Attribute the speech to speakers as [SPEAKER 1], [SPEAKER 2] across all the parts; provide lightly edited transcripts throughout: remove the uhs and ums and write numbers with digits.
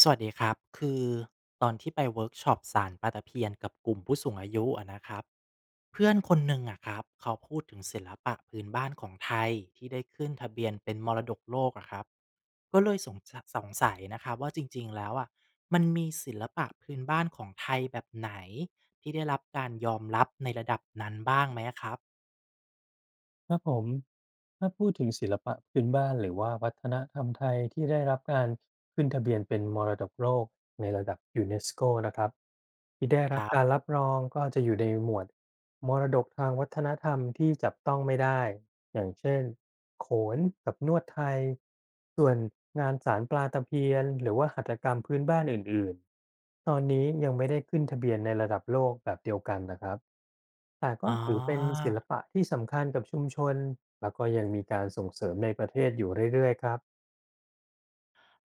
[SPEAKER 1] สวัสดีครับคือตอนที่ไปเวิร์กช็อปสารปลาตะเพียนกับกลุ่มผู้สูงอายุอะนะครับเพื่อนคนหนึ่งอะครับเขาพูดถึงศิลปะพื้นบ้านของไทยที่ได้ขึ้นทะเบียนเป็นมรดกโลกอะครับก็เลยสงสัยนะครับว่าจริงๆแล้วอะมันมีศิลปะพื้นบ้านของไทยแบบไหนที่ได้รับการยอมรับในระดับนั้นบ้างไหมอะครับ
[SPEAKER 2] ครับผม ถ้าพูดถึงศิลปะพื้นบ้านหรือว่าวัฒนธรรมไทยที่ได้รับการขึ้นทะเบียนเป็นมรดกโลกในระดับยูเนสโกนะครับที่ได้
[SPEAKER 1] ค
[SPEAKER 2] รับ
[SPEAKER 1] รั
[SPEAKER 2] การ
[SPEAKER 1] บ
[SPEAKER 2] รับรองก็จะอยู่ในหมวดมรดกทางวัฒนธรรมที่จับต้องไม่ได้อย่างเช่นโขนกับนวดไทยส่วนงานสารปลาตะเพียนหรือว่าหัตถกรรมพื้นบ้านอื่นๆตอนนี้ยังไม่ได้ขึ้นทะเบียนในระดับโลกแบบเดียวกันนะครับ แต่ก็
[SPEAKER 1] อ๋อ
[SPEAKER 2] ถือเป็นศิลปะที่สำคัญกับชุมชน แล้วก็ยังมีการส่งเสริมในประเทศอยู่เรื่อยๆครับ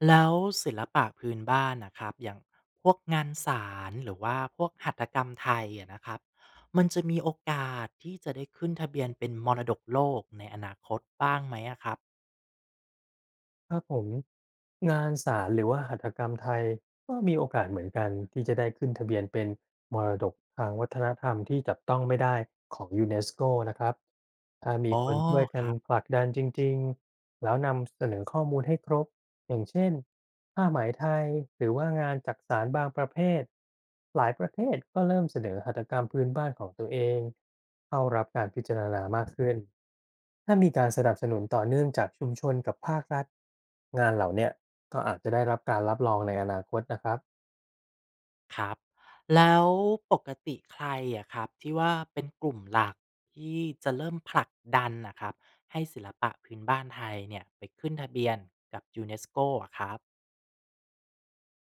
[SPEAKER 1] แล้วศิลปะพื้นบ้านนะครับอย่างพวกงานสารหรือว่าพวกหัตถกรรมไทยอะนะครับมันจะมีโอกาสที่จะได้ขึ้นทะเบียนเป็นมรดกโลกในอนาคตบ้างไหมอะครับ
[SPEAKER 2] ครับผมงานสารหรือว่าหัตถกรรมไทยก็มีโอกาสเหมือนกันที่จะได้ขึ้นทะเบียนเป็นมรดกทางวัฒนธรรมที่จับต้องไม่ได้ของยูเนสโกนะครับ ถ้ามี
[SPEAKER 1] อ๋อ
[SPEAKER 2] คนช่วยกั
[SPEAKER 1] ค
[SPEAKER 2] น
[SPEAKER 1] รับ
[SPEAKER 2] ผลักดันจริงๆแล้วนำเสนอข้อมูลให้ครบ อย่างเช่นผ้าไหมไทยหรือว่างานจักสานบางประเภทหลายประเทศก็เริ่มเสนอหัตถกรรมพื้นบ้านของตัวเองเข้ารับการพิจารณามากขึ้นถ้ามีการสนับสนุนต่อเนื่องจากชุมชนกับภาครัฐงานเหล่าเนี้ยก็อาจจะได้รับการรับรองในอนาคตนะครับ
[SPEAKER 1] ครับแล้วปกติใครอะครับที่ว่าเป็นกลุ่มหลักที่จะเริ่มผลักดันนะครับให้ศิลปะพื้นบ้านไทยเนี่ยไปขึ้นทะเบียนกับยูเนสโกอะครับ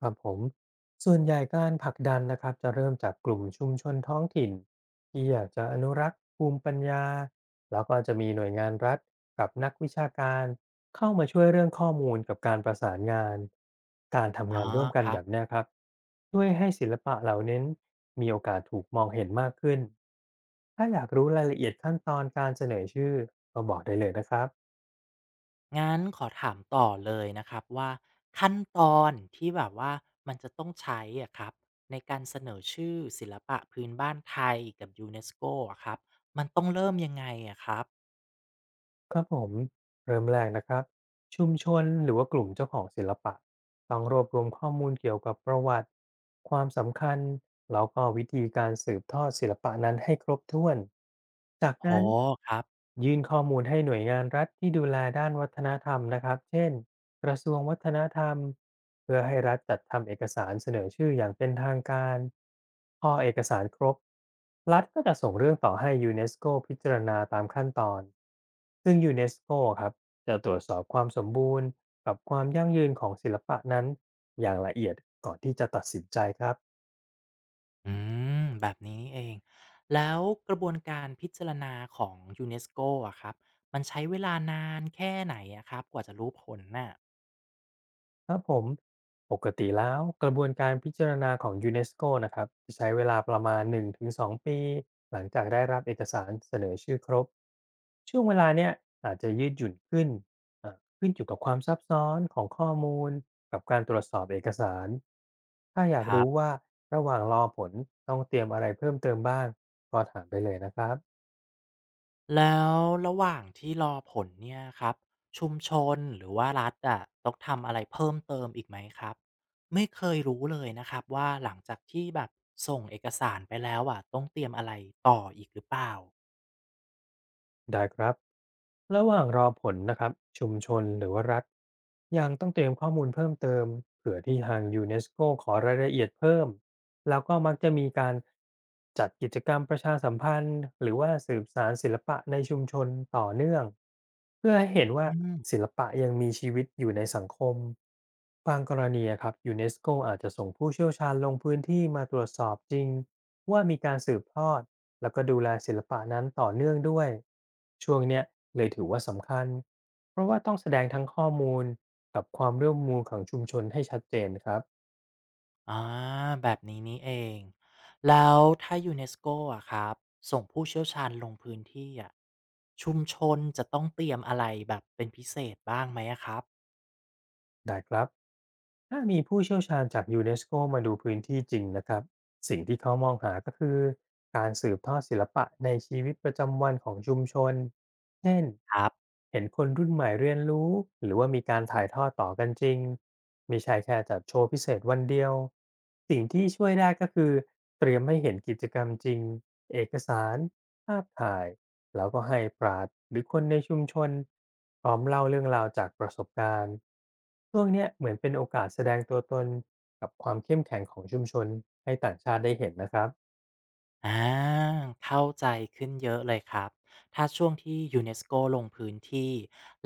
[SPEAKER 2] ครับผมส่วนใหญ่การผลักดันนะครับจะเริ่มจากกลุ่มชุมชนท้องถิ่นที่อยากจะอนุรักษ์ภูมิปัญญาแล้วก็จะมีหน่วยงานรัฐกับนักวิชาการเข้ามาช่วยเรื่องข้อมูลกับการประสานงานการทำ
[SPEAKER 1] อ๋
[SPEAKER 2] งา
[SPEAKER 1] อ
[SPEAKER 2] นร่วมกั
[SPEAKER 1] ค
[SPEAKER 2] น
[SPEAKER 1] รั
[SPEAKER 2] แบบ
[SPEAKER 1] บ
[SPEAKER 2] เนี้ยครับช่วยให้ศิลปะเหล่านี้มีโอกาสถูกมองเห็นมากขึ้นถ้าอยากรู้รายละเอียดขั้นตอนการเสนอชื่อก็บอกได้เลยนะครับ
[SPEAKER 1] งั้นขอถามต่อเลยนะครับว่าขั้นตอนที่แบบว่ามันจะต้องใช้อะครับในการเสนอชื่อศิลปะพื้นบ้านไทยกับยูเนสโกอะครับมันต้องเริ่มยังไงอะครับ
[SPEAKER 2] ครับผมเริ่มแรกนะครับชุมชนหรือว่ากลุ่มเจ้าของศิลปะต้องรวบรวมข้อมูลเกี่ยวกับประวัติความสำคัญแล้วก็วิธีการสืบทอดศิลปะนั้นให้ครบถ้วนจาก
[SPEAKER 1] อ๋อ
[SPEAKER 2] นั้น
[SPEAKER 1] ครับ
[SPEAKER 2] ยื่นข้อมูลให้หน่วยงานรัฐที่ดูแลด้านวัฒนธรรมนะครับเช่นกระทรวงวัฒนธรรมเพื่อให้รัฐจัดทำเอกสารเสนอชื่ออย่างเป็นทางการพอเอกสารครบรัฐก็จะส่งเรื่องต่อให้ยูเนสโกพิจารณาตามขั้นตอน ซึ่งยูเนสโกครับจะตรวจสอบความสมบูรณ์กับความยั่งยืนของศิลปะนั้นอย่างละเอียดก่อนที่จะตัดสินใจครับ
[SPEAKER 1] อืมแบบนี้นี่เองแล้วกระบวนการพิจารณาของยูเนสโกอะครับมันใช้เวลานานแค่ไหนอะครับกว่าจะรู้ผลน่ะ
[SPEAKER 2] ครับผมปกติแล้วกระบวนการพิจารณาของยูเนสโกนะครับจะใช้เวลาประมาณ1-2ปีหลังจากได้รับเอกสารเสนอชื่อครบช่วงเวลาเนี้ยอาจจะยืดหยุ่นขึ้นขึ้นอยู่กับความซับซ้อนของข้อมูลกับการตรวจสอบเอกสารถ้าอยาก
[SPEAKER 1] ครั
[SPEAKER 2] รู้
[SPEAKER 1] บ
[SPEAKER 2] ว่าระหว่างรอผลต้องเตรียมอะไรเพิ่มเติมบ้างก็ถามไปเลยนะครับ
[SPEAKER 1] แล้วระหว่างที่รอผลเนี่ยครับชุมชนหรือว่ารัฐอะต้องทำอะไรเพิ่มเติมอีกไหมครับไม่เคยรู้เลยนะครับว่าหลังจากที่แบบส่งเอกสารไปแล้วอะต้องเตรียมอะไรต่ออีกหรือเปล่า
[SPEAKER 2] ได้ครับระหว่างรอผลนะครับชุมชนหรือว่ารัฐยังต้องเตรียมข้อมูลเพิ่มเติมเผื่อที่ทางยูเนสโกขอรายละเอียดเพิ่ม แล้วก็มักจะมีการจัดกิจกรรมประชาสัมพันธ์หรือว่าสืบสารศิลปะในชุมชนต่อเนื่องเพื่อให้เห็นว่า
[SPEAKER 1] อื
[SPEAKER 2] ศิ
[SPEAKER 1] ม
[SPEAKER 2] ลปะยังมีชีวิตอยู่ในสังคมบางกรณีอะครับยูเนสโกอาจจะส่งผู้เชี่ยวชาญลงพื้นที่มาตรวจสอบจริงว่ามีการสืบทอดแล้วก็ดูแลศิลปะนั้นต่อเนื่องด้วยช่วงเนี้ยเลยถือว่าสำคัญเพราะว่าต้องแสดงทั้งข้อมูลกับความร่วมมือของชุมชนให้ชัดเจนครับ
[SPEAKER 1] อ่าแบบนี้นี่เองแล้วถ้ายูเนสโกอะครับส่งผู้เชี่ยวชาญลงพื้นที่อะชุมชนจะต้องเตรียมอะไรแบบเป็นพิเศษบ้างไหมอะครับ
[SPEAKER 2] ได้ครับถ้ามีผู้เชี่ยวชาญจากยูเนสโกมาดูพื้นที่จริงนะครับสิ่งที่เขามองหาก็คือการสืบทอดศิลปะในชีวิตประจำวันของชุมชน เช่น
[SPEAKER 1] ครับ
[SPEAKER 2] เห็นคนรุ่นใหม่เรียนรู้หรือว่ามีการถ่ายทอดต่อกันจริงไม่ใช่แค่จัดโชว์พิเศษวันเดียวสิ่งที่ช่วยได้ก็คือเตรียมให้เห็นกิจกรรมจริงเอกสารภาพถ่ายแล้วก็ให้ปราดหรือคนในชุมชนพร้อมเล่าเรื่องราวจากประสบการณ์ช่วงเนี้ยเหมือนเป็นโอกาสแสดงตัวตนกับความเข้มแข็งของชุมชนให้ต่างชาติได้เห็นนะครับ
[SPEAKER 1] อ่าเข้าใจขึ้นเยอะเลยครับถ้าช่วงที่ยูเนสโกลงพื้นที่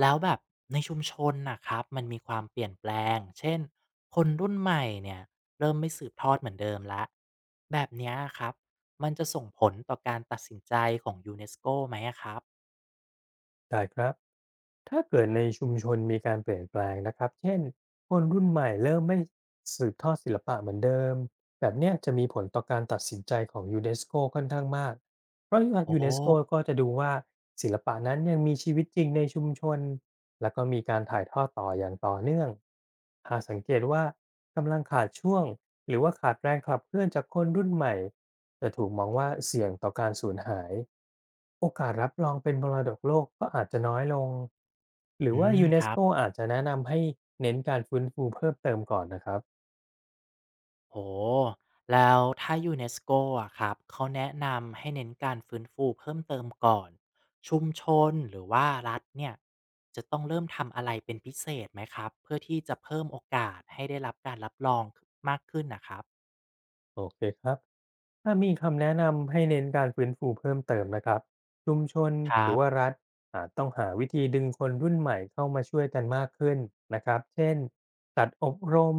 [SPEAKER 1] แล้วแบบในชุมชนนะครับมันมีความเปลี่ยนแปลงเช่นคนรุ่นใหม่เนี่ยเริ่มไม่สืบทอดเหมือนเดิมแล้วแบบเนี้ยครับมันจะส่งผลต่อการตัดสินใจของยูเนสโกไหมอะครับ
[SPEAKER 2] ได้ครับ ถ้าเกิดในชุมชนมีการเปลี่ยนแปลงนะครับ เช่นคนรุ่นใหม่เริ่มไม่สืบทอดศิลปะเหมือนเดิมแบบเนี้ยจะมีผลต่อการตัดสินใจของยูเนสโกค่อนข้างมาก เพราะทาง
[SPEAKER 1] โอ
[SPEAKER 2] ยูเนสโก
[SPEAKER 1] ้
[SPEAKER 2] ก็จะดูว่าศิลปะนั้นยังมีชีวิตจริงในชุมชนแล้วก็มีการถ่ายทอดต่ออย่างต่อเนื่องหากสังเกตว่ากำลังขาดช่วงหรือว่าขาดแรงขับเคลื่อนจากคนรุ่นใหม่จะถูกมองว่าเสี่ยงต่อการสูญหายโอกาสรับรองเป็นมรดกโลกก็อาจจะน้อยลงหรือ
[SPEAKER 1] อื
[SPEAKER 2] ว่า
[SPEAKER 1] ม
[SPEAKER 2] ยูเน
[SPEAKER 1] ค
[SPEAKER 2] ส
[SPEAKER 1] รั
[SPEAKER 2] โก
[SPEAKER 1] บ
[SPEAKER 2] อาจจะแนะนำให้เน้นการฟื้นฟูเพิ่มเติมก่อนนะครับ
[SPEAKER 1] โอ้แล้วถ้ายูเนสโกอะครับเขาแนะนำให้เน้นการฟื้นฟูเพิ่มเติมก่อนชุมชนหรือว่ารัฐเนี่ยจะต้องเริ่มทำอะไรเป็นพิเศษไหมครับเพื่อที่จะเพิ่มโอกาสให้ได้รับการรับรองมากขึ้นนะครับ
[SPEAKER 2] โอเคครับถ้ามีคำแนะนำให้เน้นการฟื้นฟูเพิ่มเติมนะครับชุมชน
[SPEAKER 1] ค
[SPEAKER 2] ห
[SPEAKER 1] รั
[SPEAKER 2] รือว่า
[SPEAKER 1] บ
[SPEAKER 2] รัฐอาจต้องหาวิธีดึงคนรุ่นใหม่เข้ามาช่วยกันมากขึ้นนะครับเช่นจัดอบรม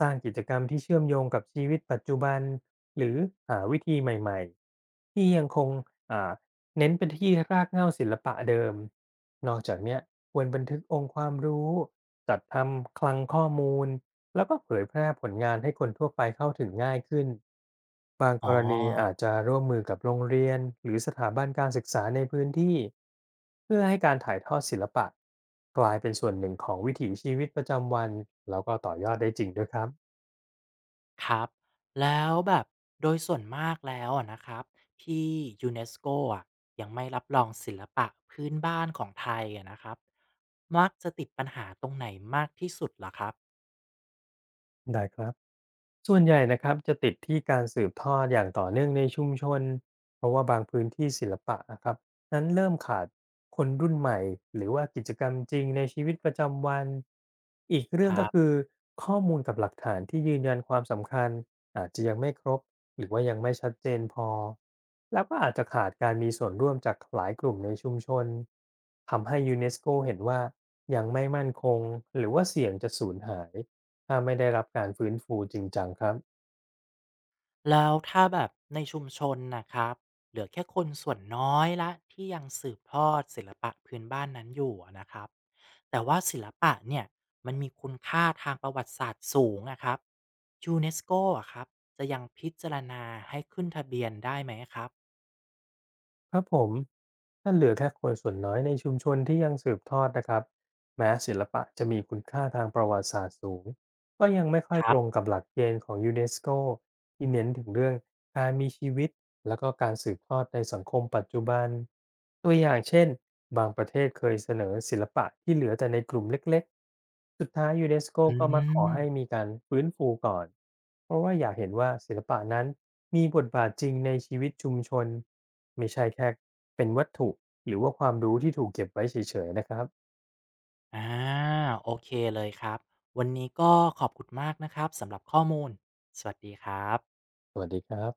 [SPEAKER 2] สร้างกิจกรรมที่เชื่อมโยงกับชีวิตปัจจุบันหรือหาวิธีใหม่ๆที่ยังคงอ่าเน้นเป็นที่รากเหง้าศิลปะเดิมนอกจากเนี้ยควรบันทึกองค์ความรู้จัดทำคลังข้อมูล แล้วก็เผยแพร่ผลงานให้คนทั่วไปเข้าถึงง่ายขึ้นบางก
[SPEAKER 1] อ๋อ
[SPEAKER 2] รณีอาจจะร่วมมือกับโรงเรียนหรือสถาบันการศึกษาในพื้นที่เพื่อให้การถ่ายทอดศิลปะกลายเป็นส่วนหนึ่งของวิถีชีวิตประจำวันแล้วก็ต่อยอดได้จริงด้วยครับ
[SPEAKER 1] ครับแล้วแบบโดยส่วนมากแล้วอะนะครับที่ยูเนสโกอะยังไม่รับรองศิลปะพื้นบ้านของไทยอะนะครับมักจะติดปัญหาตรงไหนมากที่สุดเหรอครับ
[SPEAKER 2] ได้ครับ ส่วนใหญ่นะครับจะติดที่การสืบทอดอย่างต่อเนื่องในชุมชนเพราะว่าบางพื้นที่ศิลปะนะครับนั้นเริ่มขาดคนรุ่นใหม่หรือว่ากิจกรรมจริงในชีวิตประจำวันอีกเรื่
[SPEAKER 1] ค
[SPEAKER 2] องก็
[SPEAKER 1] รั
[SPEAKER 2] คือ
[SPEAKER 1] บ
[SPEAKER 2] ข้อมูลกับหลักฐานที่ยืนยันความสำคัญอาจจะยังไม่ครบหรือว่ายังไม่ชัดเจนพอแล้วก็อาจจะขาดการมีส่วนร่วมจากหลายกลุ่มในชุมชนทำให้ยูเนสโกเห็นว่ายังไม่มั่นคงหรือว่าเสี่ยงจะสูญหาย ถ้าไม่ได้รับการฟื้นฟูจริงจังครับ
[SPEAKER 1] แล้วถ้าแบบในชุมชนนะครับเหลือแค่คนส่วนน้อยละที่ยังสืบทอดศิลปะพื้นบ้านนั้นอยู่อะนะครับแต่ว่าศิลปะเนี่ยมันมีคุณค่าทางประวัติศาสตร์สูงอะครับยูเนสโกอะครับจะยังพิจารณาให้ขึ้นทะเบียนได้ไหมครับ
[SPEAKER 2] ครับผมถ้าเหลือแค่คนส่วนน้อยในชุมชนที่ยังสืบทอดนะครับแม้ศิลปะจะมีคุณค่าทางประวัติศาสตร์สูง ก็ยังไม่ค่อย
[SPEAKER 1] ค
[SPEAKER 2] ต
[SPEAKER 1] รั
[SPEAKER 2] รง
[SPEAKER 1] บ
[SPEAKER 2] กับหลักเกณฑ์ของ UNESCO ที่เน้นถึงเรื่องการมีชีวิตแล้วก็การสืบทอดในสังคมปัจจุบันตัวอย่างเช่นบางประเทศเคยเสนอศิลปะที่เหลือแต่ในกลุ่มเล็กๆสุดท้าย UNESCO ก
[SPEAKER 1] อื
[SPEAKER 2] ก็มาขอให้
[SPEAKER 1] ม
[SPEAKER 2] มีการฟื้นฟูก่อนเพราะว่าอยากเห็นว่าศิลปะนั้นมีบทบาทจริงในชีวิตชุมชนไม่ใช่แค่เป็นวัตถุหรือว่าความรู้ที่ถูกเก็บไว้เฉยๆนะครับ
[SPEAKER 1] อ่าโอเคเลยครับวันนี้ก็ขอบคุณมากนะครับสำหรับข้อมูลสวัสดีครับ
[SPEAKER 2] สวัสดีครับ